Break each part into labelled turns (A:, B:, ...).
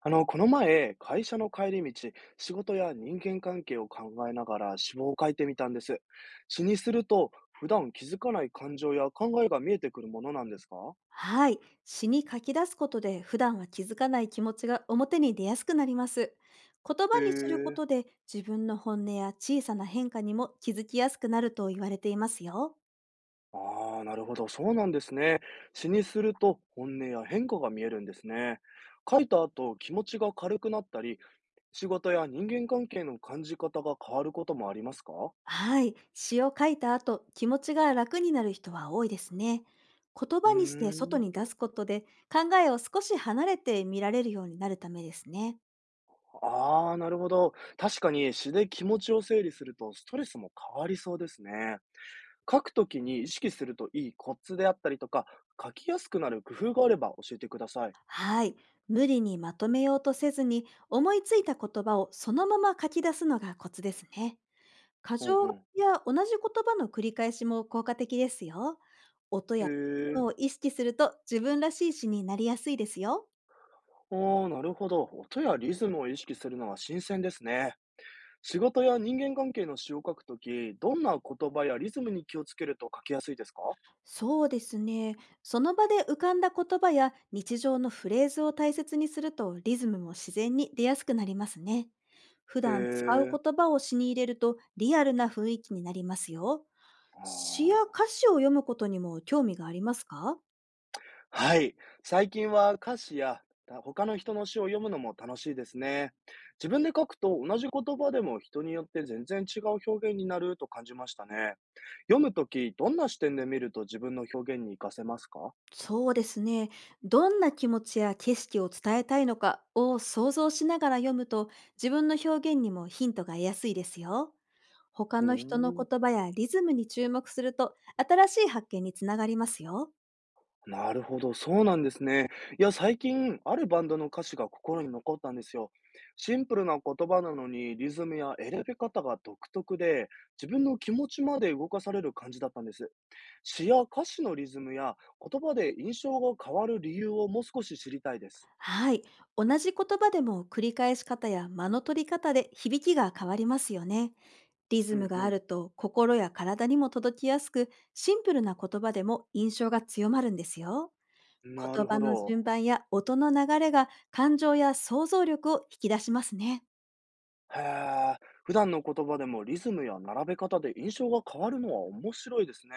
A: この前、会社の帰り道、仕事や人間関係を考えながら詩を書いてみたんです。詩にすると、普段気づかない感情や考えが見えてくるものなんですか？
B: はい。詩に書き出すことで、普段は気づかない気持ちが表に出やすくなります。言葉にするこ
A: へえ。
B: とで、自分の本音や小さな変化にも気づきやすくなると言われていますよ。
A: ああ、なるほど。そうなんですね。詩にすると、本音や変化が見えるんですね。書いた後、気持ちが軽くなったり、仕事や人間関係の感じ方が変わることもありますか？
B: はい。詩を書いた後、気持ちが楽になる人は多いですね。言
A: う
B: 葉にして外
A: ーん。
B: に出すことで、考えを少し離れて見られるようになるためですね。
A: ああ、なるほど。確かに詩で気持ちを整理するとストレスも変わりそうですね。書くときに意識するといいコツであったりとか、書きやすくなる工夫があれば教えてください。
B: はい。無理にまとめようとせずに、思いついた言葉をそのまま書き出すのがコツですね。箇
A: う
B: 条書
A: ん
B: きや同じ言葉の繰り返しも効果的ですよ。音
A: う
B: やリ
A: ん。へ
B: ズムを
A: え。
B: 意識すると、自分らしい詩になりやすいですよ。
A: ああ、なるほど。音やリズムを意識するのは新鮮ですね。仕事や人間関係の詩を書くとき、どんな言葉やリズムに気をつけると書きやすいですか？
B: そうですね。その場で浮かんだ言葉や日常のフレーズを大切にすると、リズムも自然に出やすくなりますね。普
A: へ
B: 段使う
A: え。
B: 言葉を詩に入れると、リアルな雰囲気になりますよ。詩や
A: ああ。
B: 歌詞を読むことにも興味がありますか？
A: はい。最近は歌詞や他の人の詩を読むのも楽しいですね。自分で書くと同じ言葉でも人によって全然違う表現になると感じましたね。読むとき、どんな視点で見ると自分の表現に活かせますか？
B: そうですね。どんな気持ちや景色を伝えたいのかを想像しながら読むと、自分の表現にもヒントが得やすいですよ。他
A: うー
B: の人の
A: ん、
B: 言葉やリズムに注目すると、新しい発見につながりますよ。
A: なるほど、そうなんですね。いや、最近、あるバンドの歌詞が心に残ったんですよ。シンプルな言葉なのに、リズムや選び方が独特で、自分の気持ちまで動かされる感じだったんです。詩や歌詞のリズムや言葉で印象が変わる理由をもう少し知りたいです。
B: はい。同じ言葉でも、繰り返し方や間の取り方で響きが変わりますよね。リズ
A: う
B: ムがあ
A: ん
B: ると心や体にも届きやすく、シンプルな言葉でも印象が強まるんですよ。
A: うん。な
B: 言
A: る
B: 葉
A: ほ
B: の順
A: ど。
B: 番や音の流れが、感情や想像力を引き出しますね。
A: へえ。普段の言葉でもリズムや並べ方で印象が変わるのは面白いですね。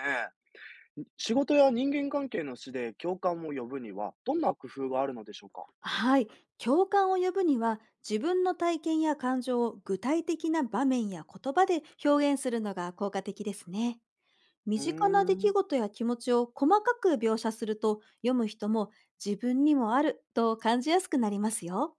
A: 仕事や人間関係の詩で共感を呼ぶにはどんな工夫があるのでしょうか？
B: はい。共感を呼ぶには、自分の体験や感情を具体的な場面や言葉で表現するのが効果的ですね。身
A: うー
B: 近な出来
A: ん。
B: 事や気持ちを細かく描写すると、読む人も自分にもあると感じやすくなりますよ。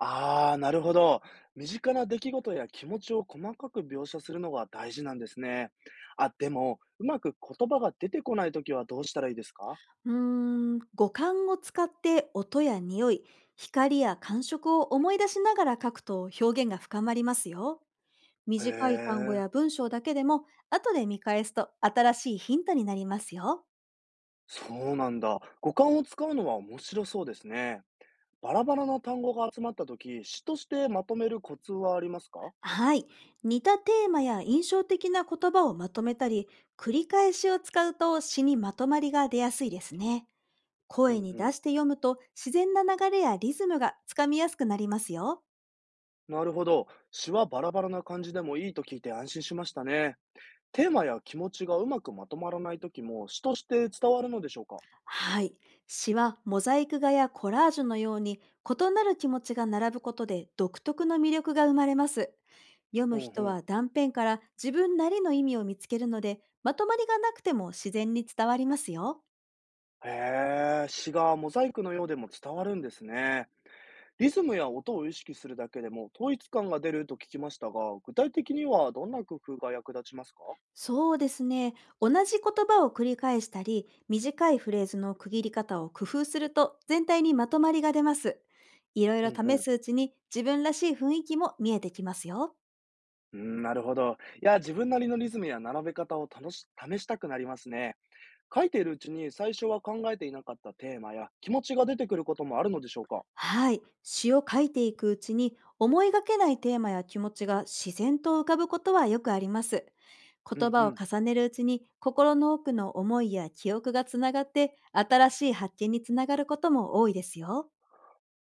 A: ああ、なるほど。身近な出来事や気持ちを細かく描写するのが大事なんですね。あ、でも、うまく言葉が出てこないときはどうしたらいいですか？
B: うーん、五感を使って音や匂い、光や感触を思い出しながら書くと、表現が深まりますよ。
A: へ
B: 短い単語
A: え、
B: や文章だけでも、後で見返すと新しいヒントになりますよ。
A: そうなんだ。五感を使うのは面白そうですね。バラバラな単語が集まったとき、詩としてまとめるコツはありますか？
B: はい。似たテーマや印象的な言葉をまとめたり、繰り返しを使うと、詩にまとまりが出やすいですね。
A: う
B: 声
A: ん
B: に
A: う
B: 出
A: ん。
B: して読むと、自然な流れやリズムがつかみやすくなりますよ。
A: なるほど。詩はバラバラな感じでもいいと聞いて安心しましたね。テーマや気持ちがうまくまとまらないときも詩として伝わるのでしょうか？
B: はい。詩はモザイク画やコラージュのように、異なる気持ちが並ぶことで独特の魅力が生まれます。読
A: う
B: む
A: んう
B: 人は
A: ん。
B: 断片から自分なりの意味を見つけるので、まとまりがなくても自然に伝わりますよ。
A: へえ、詩がモザイクのようでも伝わるんですね。リズムや音を意識するだけでも統一感が出ると聞きましたが、具体的にはどんな工夫が役立ちますか？
B: そうですね。同じ言葉を繰り返したり、短いフレーズの区切り方を工夫すると、全体にまとまりが出ます。いろい
A: う
B: ろ
A: んう
B: 試
A: ん。
B: すうちに、自分らしい雰囲気も見えてきますよ。
A: うーん、なるほど。いや、自分なりのリズムや並べ方を楽し試したくなりますね。書いているうちに最初は考えていなかったテーマや気持ちが出てくることもあるのでしょうか？
B: はい。詩を書いていくうちに、思いがけないテーマや気持ちが自然と浮かぶことはよくあります。
A: うんう
B: 言葉を
A: ん。
B: 重ねるうちに、心の奥の思いや記憶がつながって、新しい発見につながることも多いですよ。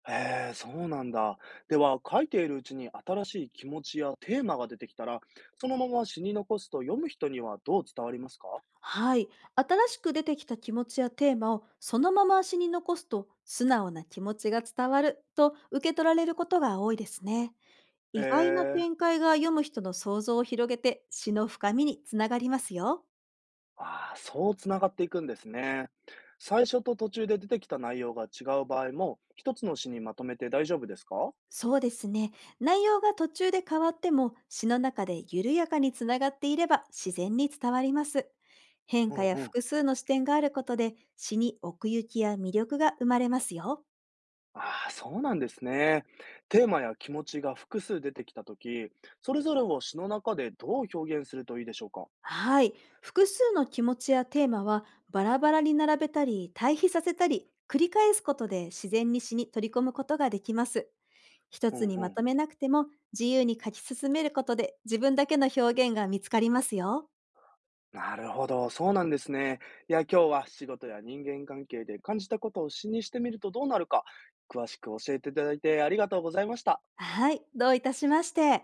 A: へえ、そうなんだ。では、書いているうちに新しい気持ちやテーマが出てきたら、そのまま詩に残すと読む人にはどう伝わりますか？
B: はい。新しく出てきた気持ちやテーマをそのまま詩に残すと、素直な気持ちが伝わると受け取られることが多いですね。
A: へ
B: 意外な
A: え、
B: 展開が読む人の想像を広げて、詩の深みにつながりますよ。
A: ああ、そうつながっていくんですね。最初と途中で出てきた内容が違う場合も、一つの詩にまとめて大丈夫ですか？
B: そうですね。内容が途中で変わっても、詩の中で緩やかにつながっていれば自然に伝わります。変
A: う
B: 化
A: ん
B: や
A: うん。
B: 複数の視点があることで、詩に奥行きや魅力が生まれますよ。
A: ああ、そうなんですね。テーマや気持ちが複数出てきたとき、それぞれを詩の中でどう表現するといいでしょうか？
B: はい。複数の気持ちやテーマは、バラバラに並べたり、対比させたり、繰り返すことで、自然に詩に取り込むことができます。一
A: う
B: つ
A: ん
B: に
A: う
B: まと
A: ん。
B: めなくても、自由に書き進めることで、自分だけの表現が見つかりますよ。
A: なるほど、そうなんですね。いや、今日は仕事や人間関係で感じたことを詩にしてみるとどうなるか、詳しく教えていただいてありがとうございました。
B: はい。どういたしまして。